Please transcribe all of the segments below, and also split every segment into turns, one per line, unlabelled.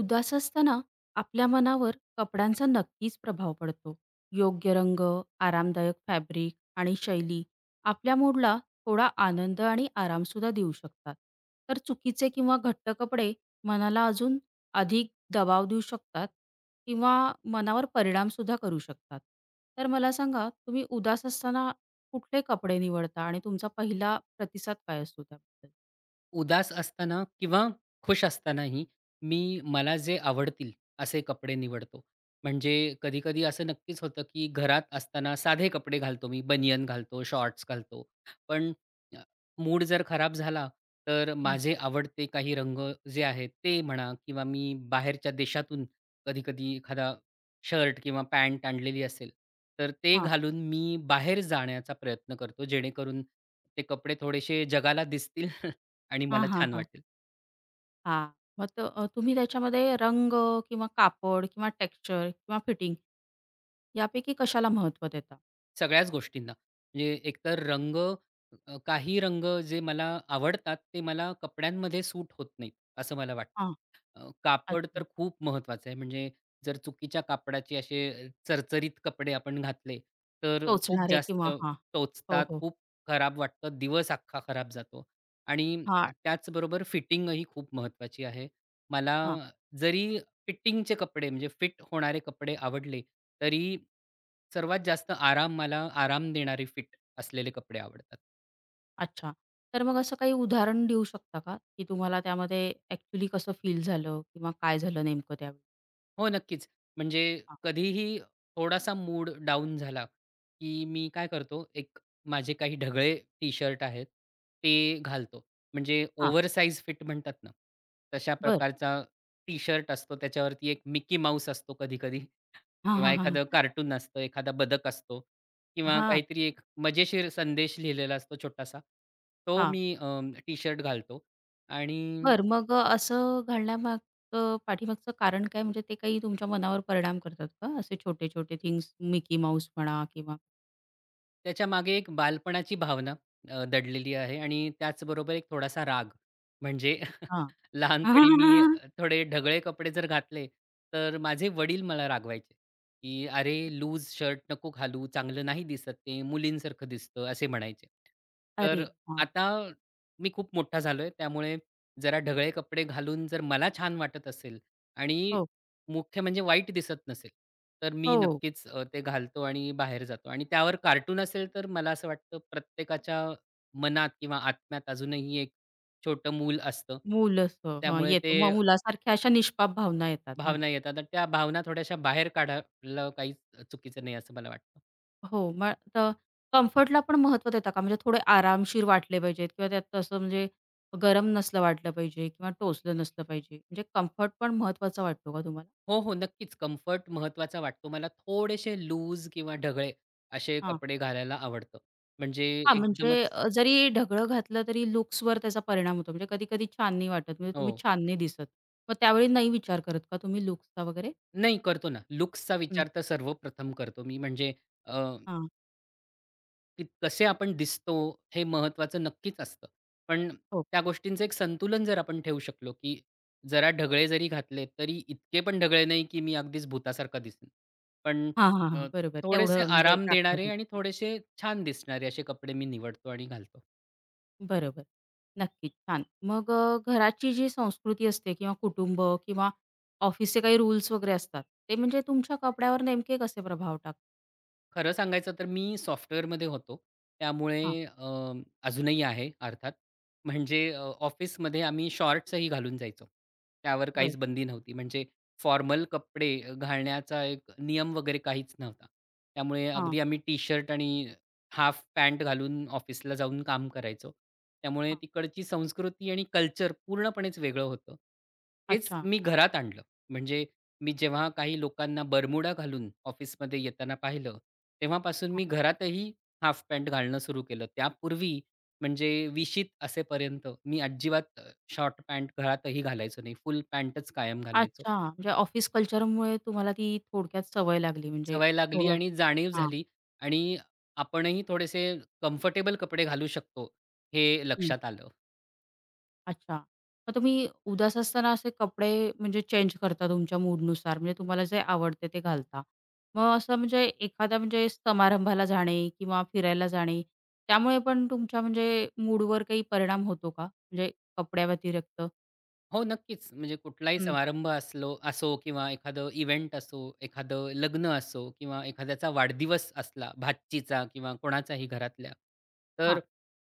उदास असताना आपल्या मनावर कपड्यांचा नक्कीच प्रभाव पडतो. योग्य रंग, आरामदायक फॅब्रिक आणि शैली आपल्या मूडला थोडा आनंद आणि आरामसुद्धा देऊ शकतात. तर चुकीचे किंवा घट्ट कपडे मनाला अजून अधिक दबाव देऊ शकतात किंवा मनावर परिणामसुद्धा करू शकतात. तर मला सांगा, तुम्ही उदास असताना कुठले कपडे निवडता आणि तुमचा पहिला प्रतिसाद काय असतो त्याबद्दल?
उदास असताना किंवा खुश असतानाही मी मला जे आवडतील असे कपडे निवडतो. म्हणजे कधी-कधी असं नक्कीच होतं, की घरात असताना साधे कपडे घालतो मी, बनियन घालतो, शॉर्ट्स घालतो. पण अ, मूड जर खराब झाला, तर
हां.
माझे आवडते काही रंग जे आहेत ते म्हणा किंवा मी बाहेरच्या देशातून कधी-कधी एखादा शर्ट किंवा पॅन्ट आणलेली असेल, तर ते
हां.
घालून मी बाहेर जाण्याचा प्रयत्न करतो. जेणेकरून ते कपडे थोडेसे जगाला दिसतील आणि
हां,
मला छान
हां,
वाटेल.
हां. मग तुम्ही त्याच्यामध्ये रंग किंवा कापड किंवा टेक्स्चर किंवा फिटिंग यापैकी कशाला महत्त्व देता?
सगळ्याच गोष्टींना. म्हणजे एकतर रंग काही रंग जे मला आवडतात ते मला कपड्यांमध्ये सूट होत नाहीत, असं मला वाटतं.
हां,
कापड तर
अच्छा.
खूप महत्त्वाचं आहे. म्हणजे जर चुकीच्या कापडाचे असे चरचरीत कपडे आपण घातले, तर खूप
टोचणारे
जास्त
किंवा हां. हो,
टोचतात,
हो.
खूप खराब वाटतं, दिवस अख्खा खराब जातो. आणि
हां,
त्याचबरोबर फिटिंगही खूप महत्वाची आहे. मला
हां.
जरी फिटिंगचे कपडे म्हणजे फिट होणारे कपडे आवडले, तरी सर्वात जास्त मला आराम देणारे फिट असलेले कपडे आवडतात.
अच्छा. तर मग असं काही उदाहरण देऊ शकता का, की तुम्हाला त्यामध्ये ॲक्चुअली कसं फील झालं किंवा काय झालं नेमकं त्यावेळी?
हो, नक्कीच. म्हणजे
हां,
कधीही थोडासा मूड डाऊन झाला, की मी काय करतो, एक माझे काही ढगळे टी-शर्ट आहेत, ते घालतो. म्हणजे
हां.
ओव्हरसाइज फिट म्हणतात ना, तशा
बरं.
प्रकारचा टी-शर्ट असतो. त्याच्यावरती एक मिकी माऊस असतो कधी-कधी.
हां,
किंवा
हां, हां.
एखादं कार्टून असतं, एखादा बदक असतो किंवा
हां,
काहीतरी एक मजेशीर संदेश लिहिलेला असतो छोटासा. तो
हां.
मी टी-शर्ट घालतो आणि
बरं, मग असं घालण्यामागचं पाठीमागचं कारण काय? म्हणजे ते काही तुमच्या मनावर परिणाम करतात का? असे छोटे-छोटे थिंग्स, मिकी माऊस म्हणा किंवा
त्याच्यामागे एक बालपणाची भावना दडलेली आहे आणि त्याचबरोबर एक थोडासा राग म्हणजे
अच्छा.
लहानपणी मी थोडे ढगळे कपडे जर घातले, तर माझे वडील मला रागवायचे, की "अरे लूज शर्ट नको घालू, चांगलं नाही दिसत ते, मुलींसारखं दिसतं," असे म्हणायचे.
अरे!
तर
हां.
आता मी खूप मोठा झालोय, त्यामुळे जरा ढगळे कपडे घालून जर मला छान वाटत असेल आणि
हो,
मुख्य म्हणजे वाईट दिसत नसेल, तर मी
हो.
नक्कीच ते घालतो आणि बाहेर जातो आणि त्यावर कार्टून असेल, तर मला असं वाटतं प्रत्येकाच्या मनात किंवा आत्म्यात अजूनही एक छोटं मूल असतं.
मुलंसं हां,
त्यामुळे
येतो.
ते
मग मुलासारख्या अशा निष्पाप भावना येतात म्हणा.
भावना येतात आणि त्या भावना थोड्याशा बाहेर काढायला काहीच चुकीचं नाही असं मला वाटतं.
हो, मग कम्फर्टला पण महत्त्व देता का? म्हणजे थोडे आरामशीर वाटले पाहिजेत किंवा त्यात असं म्हणजे गरम नसलं वाटलं पाहिजे किंवा टोचलं नसलं पाहिजे. म्हणजे कम्फर्ट पण महत्त्वाचा वाटतो का तुम्हाला?
हो, हो. नक्कीच कम्फर्ट महत्त्वाचा वाटतो. मला थोडेसे लूज किंवा ढगळे असे
हां.
कपडे घालायला आवडतं. म्हणजे
हां, म्हणजे
एकदमच
जरी ढगळं घातलं तरी लुक्सवर त्याचा परिणाम होतो. म्हणजे कधी-कधी छान नाही वाटत. म्हणजे
हो.
तुम्ही छान नाही दिसत. मग त्यावेळी नाही विचार करत का तुम्ही लुक्सचा वगैरे?
नाही करतो ना. लुक्सचा
हं.
विचार तर सर्वप्रथम करतो मी. म्हणजे
हां.
की कसे आपण दिसतो हे महत्त्वाचं नक्कीच असतं. पण
हो.
त्या गोष्टींचं एक संतुलन जर आपण ठेवू शकलो, की जरा ढगळे जरी घातले, तरी इतके पण ढगळे नाही, की मी अगदीच भुतासारखा दिसेन. पण
हां, हां,
अ,
हां. बरोबर.
थोडेसे
तेवढं म्हणजे
आराम
राखलं
देणारे
होईल.
आणि थोडेसे छान दिसणारे असे कपडे मी निवडतो आणि घालतो.
बरोबर. नक्कीच, छान. मग घराची जी संस्कृती असते किंवा कुटुंब किंवा ऑफिसचे काही रूल्स वगैरे असतात. ते म्हणजे तुमच्या कपड्यावर नेमके कसे प्रभाव टाकतात?
खरं सांगायचं तर मी सॉफ्टवेअरमध्ये होतो.
हां,
त्यामुळे अजूनही आहे अर्थात. म्हणजे ऑफिसमध्ये आम्ही शॉर्ट्सही घालून जायचो. त्यावर
बरं.
काहीच बंदी नव्हती. म्हणजे फॉर्मल कपडे घालण्याचा एक नियम वगैरे काहीच नव्हता. त्यामुळे
हां,
अगदी आम्ही टी-शर्ट आणि हाल्फ पॅन्ट घालून ऑफिसला जाऊन काम करायचो. त्यामुळे
हां.
तिकडची संस्कृती आणि कल्चर पूर्णपणेच वेगळं होतं. तेच
अच्छा.
मी घरात आणलं. म्हणजे मी जेव्हा काही लोकांना बरमुडा घालून ऑफिसमध्ये येताना पाहिलं, तेव्हापासून
हां.
मी घरातही हाल्फ पॅन्ट घालणं सुरू केलं. त्यापूर्वी म्हणजे विशीत असेपर्यंत मी अजिबात शॉर्ट पॅन्ट घरातही घालायचो नाही. फुल पॅन्टच कायम घालायचो.
अच्छा. म्हणजे ऑफिस कल्चरमुळे तुम्हाला ती थोडक्यात सवय लागली म्हणजे
सवय लागली
थोडं
आणि जाणीव
हां.
झाली आणि आपणही थोडेसे कम्फर्टेबल कपडे घालू शकतो, हे
हं.
लक्षात आलं.
अच्छा. मग तुम्ही उदास असताना असे कपडे म्हणजे चेंज करता तुमच्या मूडनुसार, म्हणजे तुम्हाला जे आवडते ते घालता. मग असं म्हणजे एखादा म्हणजे समारंभाला जाणे किंवा फिरायला जाणे, त्यामुळे पण तुमच्या म्हणजे मूडवर काही परिणाम होतो का? म्हणजे कपड्याव्यतिरिक्त?
हो, नक्कीच. म्हणजे कुठलाही
हं.
समारंभ असो किंवा एखादं इव्हेंट असो, एखादं लग्न असो किंवा एखाद्याचा वाढदिवस असला भाचीचा किंवा कोणाचाही घरातल्या,
हां,
तर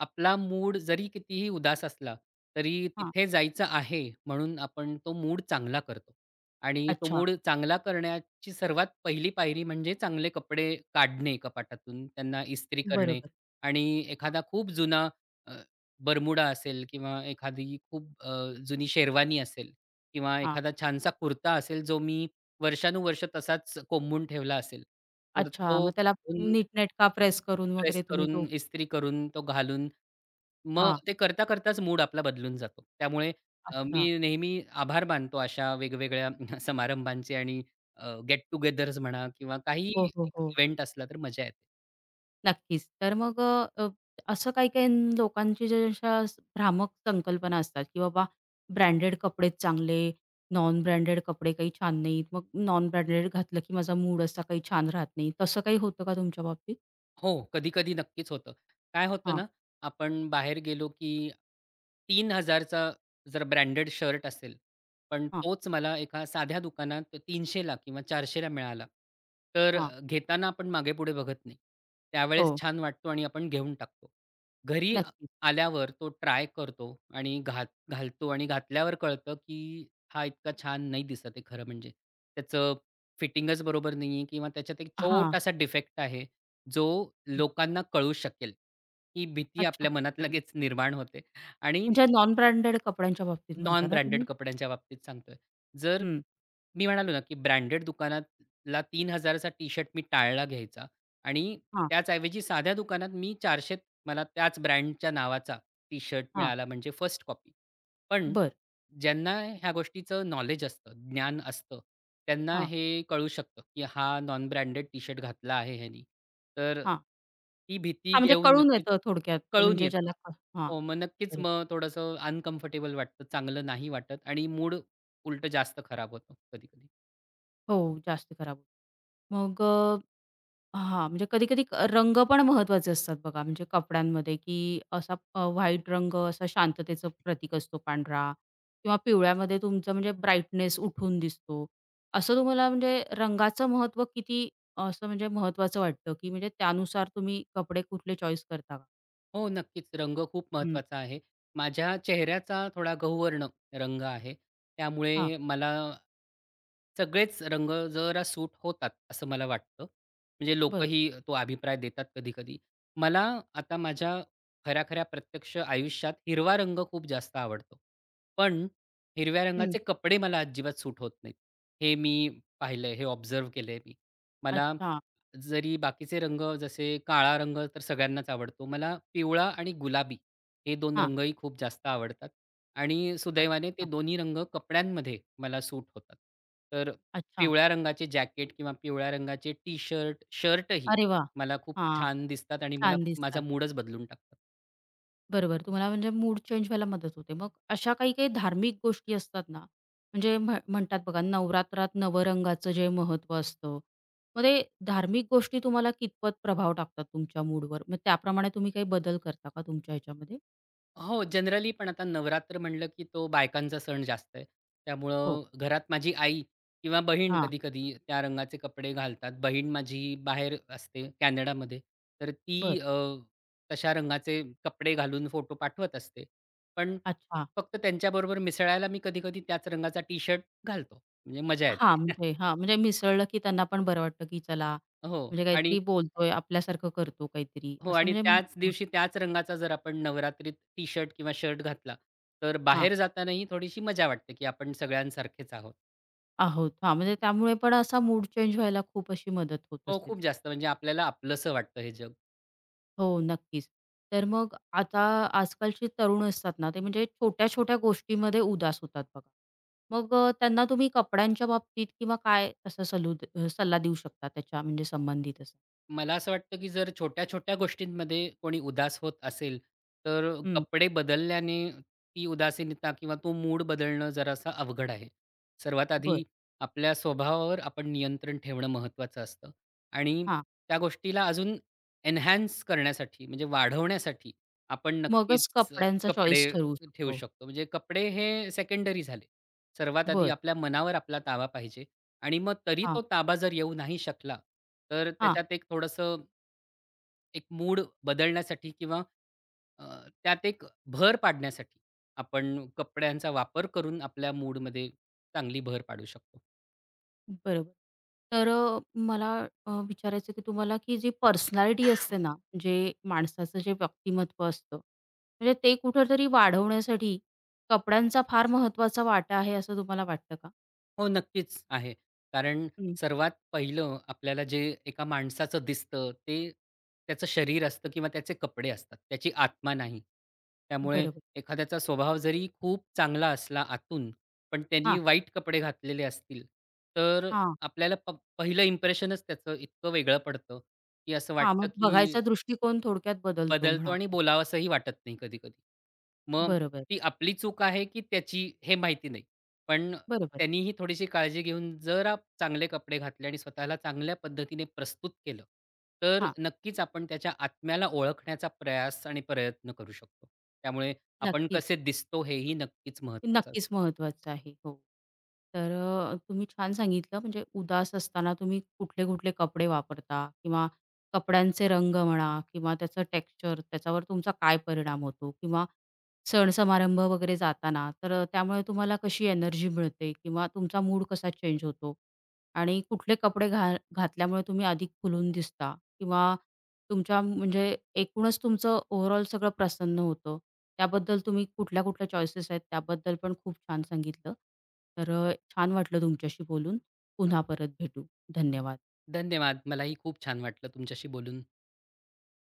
आपला मूड जरी कितीही उदास असला, तरी
हां.
तिथे जायचं आहे म्हणून आपण तो मूड चांगला करतो. आणि तो
अच्छा.
मूड चांगला करण्याची सर्वात पहिली पायरी म्हणजे चांगले कपडे काढणे कपाटातून, त्यांना इस्त्री करणे
बरोबर.
आणि
हां,
एखादा खूप जुना बरमुडा असेल किंवा एखादी खूप जुनी शेरवानी असेल किंवा
हां.
एखादा छानसा कुर्ता असेल, जो मी वर्षानुवर्ष तसाच कोंबून ठेवला असेल, तर
अच्छा.
तो
मग त्याला नीटनेटका प्रेस करून
प्रेस
वगैरे तुम्ही
करून,
तो
इस्त्री करून, तो घालून, मग
हां.
ते करता करताच मूड आपला बदलून जातो. त्यामुळे
अच्छा.
मी नेहमी आभार मानतो अशा वेगवेगळ्या समारंभांचे आणि गेट टुगेदर्स म्हणा किंवा काही
हो, हो, हो.
इव्हेंट असला तर मजा येते.
नक्कीच. तर मग अ, अ, असं काही-काही लोकांची जे अशा भ्रामक संकल्पना असतात, की बाबा ब्रँडेड कपडेच चांगले, नॉन ब्रँडेड कपडे काही छान नाहीत. मग नॉन ब्रँडेड घातलं, की माझा मूड असा काही छान राहत नाही. तसं काही होतं का तुमच्या बाबतीत?
हो, कधी-कधी नक्कीच होतं. काय होतं
हां,
ना, आपण बाहेर गेलो की 3,000 चा जर ब्रँडेड शर्ट असेल, पण
हां,
तोच मला एका साध्या दुकानात 300 ला किंवा 400 ला मिळाला, तर
हां.
घेताना आपण मागे-पुढे बघत नाही. त्यावेळेस
हो,
छान वाटतो आणि आपण घेऊन टाकतो. घरी
नक्कीच.
आल्यावर तो ट्राय करतो आणि घालतो आणि घातल्यावर कळतं की हा इतका छान नाही दिसत आहे खरं म्हणजे. त्याचं फिटिंगच बरोबर नाहीये किंवा त्याच्यात एक
हां.
छोटासा डिफेक्ट आहे. जो लोकांना कळू शकेल, ही भीती
अच्छा.
आपल्या मनात लगेच निर्माण होते. आणि
म्हणजे नॉन ब्रँडेड कपड्यांच्या बाबतीत म्हणता
नॉन
ना
ब्रँडेड
तुम्ही?
कपड्यांच्या बाबतीत सांगतोय. जर
हं.
मी म्हणालो ना, की ब्रँडेड दुकानातला तीन चा टी-शर्ट मी टाळला घ्यायचा आणि
हां,
त्याचऐवजी साध्या दुकानात मी 400त मला त्याच ब्रँडच्या नावाचा टी-शर्ट
हां.
मिळाला म्हणजे फर्स्ट कॉपी. पण
बरं.
ज्यांना ह्या गोष्टीचं नॉलेज असतं, ज्ञान असतं, त्यांना
हां,
हे कळू शकतं, की हा नॉन ब्रँडेड टी-शर्ट घातला आहे ह्यानी. तर
हां.
ती भीती
हां, म्हणजे
घेऊन
कळून
नक्कीच
येतं थोडक्यात,
कळून
म्हणजे
येतं.
ज्याला हां,
हो, मग नक्कीच
बरोबर.
मग थोडंसं अनकम्फर्टेबल वाटतं, चांगलं नाही वाटत आणि मूड उलटं जास्त खराब होतो कधी-कधी.
हो, जास्त खराब होतं. मग हां, म्हणजे कधी-कधी रंग पण महत्त्वाचे असतात बघा, म्हणजे कपड्यांमध्ये, की असा व्हाईट रंग असा शांततेचं प्रतीक असतो पांढरा किंवा पिवळ्यामध्ये तुमचं म्हणजे ब्राईटनेस उठून दिसतो. असं तुम्हाला म्हणजे रंगाचं महत्त्व किती असं म्हणजे महत्त्वाचं वाटतं, की म्हणजे त्यानुसार तुम्ही कपडे कुठले चॉईस करता का?
हो, नक्कीच. रंग खूप
हं.
महत्त्वाचा आहे. माझ्या चेहऱ्याचा थोडा गहुवर्ण रंग आहे.
हां,
त्यामुळे मला सगळेच रंग जरा सूट होतात, असं मला वाटतं. म्हणजे
बरं.
लोकही तो अभिप्राय देतात कधी-कधी. मला आता माझ्या खऱ्या-खऱ्या प्रत्यक्ष आयुष्यात हिरवा रंग खूप जास्त आवडतो. पण हिरव्या
हं.
रंगाचे कपडे मला अजिबात सूट होत नाहीत. हे मी पाहिलंय, हे ऑब्झर्व्ह केलंय मी. मला
अच्छा.
जरी बाकीचे रंग जसे काळा रंग तर सगळ्यांनाच आवडतो. मला पिवळा आणि गुलाबी हे 2
हां.
रंगही खूप जास्त आवडतात आणि सुदैवाने ते
अच्छा,
दोन्ही रंग कपड्यांमध्ये मला सूट होतात. तर
अच्छा.
पिवळ्या रंगाचे जॅकेट किंवा पिवळ्या रंगाचे टी-शर्ट, शर्टही
अरे वाह!
मला खूप
हां,
छान दिसतात आणि मला
छान
माझा
दिसतात.
मूडच बदलून टाकतात.
बरोबर. तुम्हाला म्हणजे मूड चेंज व्हायला मदत होते. मग अशा काही-काही धार्मिक गोष्टी असतात ना, म्हणजे म्हणतात बघा नवरात्रात नवरंगाचं जे महत्त्व असतं. मग ते धार्मिक गोष्टी तुम्हाला कितपत प्रभाव टाकतात तुमच्या मूडवर? मग त्याप्रमाणे तुम्ही काही बदल करता का तुमच्या ह्याच्यामध्ये?
हो, जनरली पण आता नवरात्र म्हणलं, की तो बायकांचा सण जास्त आहे.
हो.
त्यामुळं घरात माझी आई किंवा बहीण
हां.
कधी-कधी त्या रंगाचे कपडे घालतात. बहीण माझी बाहेर असते कॅनडामध्ये. तर ती
बरं.
तशा रंगाचे कपडे घालून फोटो पाठवत असते. पण
अच्छा.
फक्त त्यांच्याबरोबर मिसळायला मी कधी-कधी त्याच रंगाचा टी-शर्ट घालतो. म्हणजे मजा येते.
हां, म्हणजे हां, म्हणजे मिसळलं की त्यांना पण बरं वाटतं की चला,
हो
म्हणजे
आणि
काहीतरी बोलतोय, आपल्यासारखं करतो काहीतरी
हो
असं
आणि
म्हणजे
त्याच दिवशी त्याच रंगाचा जर आपण नवरात्रीत टी-शर्ट किंवा शर्ट घातला, तर
हां,
बाहेर जातानाही थोडीशी मजा वाटते, की आपण सगळ्यांसारखेच आहोत.
आहोत. हां, म्हणजे त्यामुळे पण असा मूड चेंज व्हायला खूप अशी मदत होत
हो,
असेल.
खूप जास्त म्हणजे आपल्याला आपलंसं वाटतं हे जग.
हो, नक्कीच. तर मग आता आजकालची तरुण असतात ना, ते म्हणजे छोट्या-छोट्या गोष्टीमध्ये उदास होतात बघा. मग त्यांना तुम्ही कपड्यांच्या बाबतीत किंवा काय असा सल्ला देऊ शकता त्याच्या म्हणजे संबंधित असं?
मला असं वाटतं, की जर छोट्या-छोट्या गोष्टींमध्ये कोणी उदास होत असेल, तर
हं,
कपडे बदलल्याने ती उदासीनता किंवा तो मूड बदलणं जरासा अवघड आहे. सर्वात
बरं.
आधी आपल्या स्वभावावर आपण नियंत्रण ठेवणं महत्त्वाचं असतं आणि
हां.
त्या गोष्टीला अजून एन्हान्स करण्यासाठी म्हणजे वाढवण्यासाठी आपण
मगच
नक्कीच
कपड्यांचा
कपडे
चॉईस ठरवू
ठेवू
शकतो.
शकतो. म्हणजे कपडे हे सेकंडरी झाले. सर्वात आधी
बरं.
आपल्या मनावर आपला ताबा पाहिजे आणि मग तरी
हां,
तो ताबा जर येऊ नाही शकला, तर
हां.
त्याच्यात एक थोडंसं एक मूड बदलण्यासाठी किंवा अ, त्यात एक भर पाडण्यासाठी आपण कपड्यांचा वापर करून आपल्या मूडमध्ये चांगली भर पाडू शकतो.
बरोबर. तर मला विचारायचं की तुम्हाला, की जी पर्सनॅलिटी असते ना, जे माणसाचं जे व्यक्तिमत्व असतं, म्हणजे ते कुठेतरी वाढवण्यासाठी कपड्यांचा फार महत्त्वाचा वाटा आहे असं तुम्हाला वाटतं का?
हो, नक्कीच आहे. कारण
हं.
सर्वात पहिलं आपल्याला जे एका माणसाचं दिसतं ते त्याचं शरीर असतं किंवा त्याचे कपडे असतात. त्याची आत्मा नाही. त्यामुळे
बरोबर.
एखाद्याचा स्वभाव जरी खूप चांगला असला आतून, पण त्यांनी
हां,
वाईट कपडे घातलेले असतील, तर
हां,
आपल्याला पहिलं इम्प्रेशनच त्याचं इतकं वेगळं पडतं, की असं
हां.
वाटतं
मग
की
बघायचा दृष्टिकोन थोडक्यात बदलतो म्हणा
बदलतो आणि
आपण.
बोलावसंही वाटत नाही कधी-कधी. मग
बरोबर,
ती आपली चूक आहे, की त्याची हे माहिती नाही. पण
बरोबर.
त्यांनीही थोडीशी काळजी घेऊन जरा चांगले कपडे घातले आणि स्वतःला चांगल्या पद्धतीने प्रस्तुत केलं, तर
हां,
नक्कीच आपण त्याच्या आत्म्याला ओळखण्याचा प्रयास आणि प्रयत्न करू शकतो. त्यामुळे आपण
नक्कीच.
कसे दिसतो हेही नक्कीच महत्त्वाचं असतं.
नक्कीच महत्वाचं आहे. हो. तर तुम्ही छान सांगितलं, म्हणजे उदास असताना तुम्ही कुठले-कुठले कपडे वापरता किंवा कपड्यांचे रंग म्हणा किंवा त्याचं टेक्स्चर, त्याच्यावर तुमचा काय परिणाम होतो किंवा सण-समारंभ वगैरे जाताना तर त्यामुळे तुम्हाला कशी एनर्जी मिळते किंवा तुमचा मूड कसा चेंज होतो आणि कुठले कपडे घातल्यामुळे तुम्ही अधिक खुलून दिसता किंवा तुमच्या म्हणजे एकूणच तुमचं ओव्हरऑल सगळं प्रसन्न होतं. त्याबद्दल तुम्ही कुठल्या-कुठल्या चॉईसेस आहेत त्याबद्दल पण खूप छान सांगितलं. तर छान वाटलं तुमच्याशी बोलून. पुन्हा परत भेटू. धन्यवाद.
धन्यवाद. मलाही खूप छान वाटलं तुमच्याशी बोलून.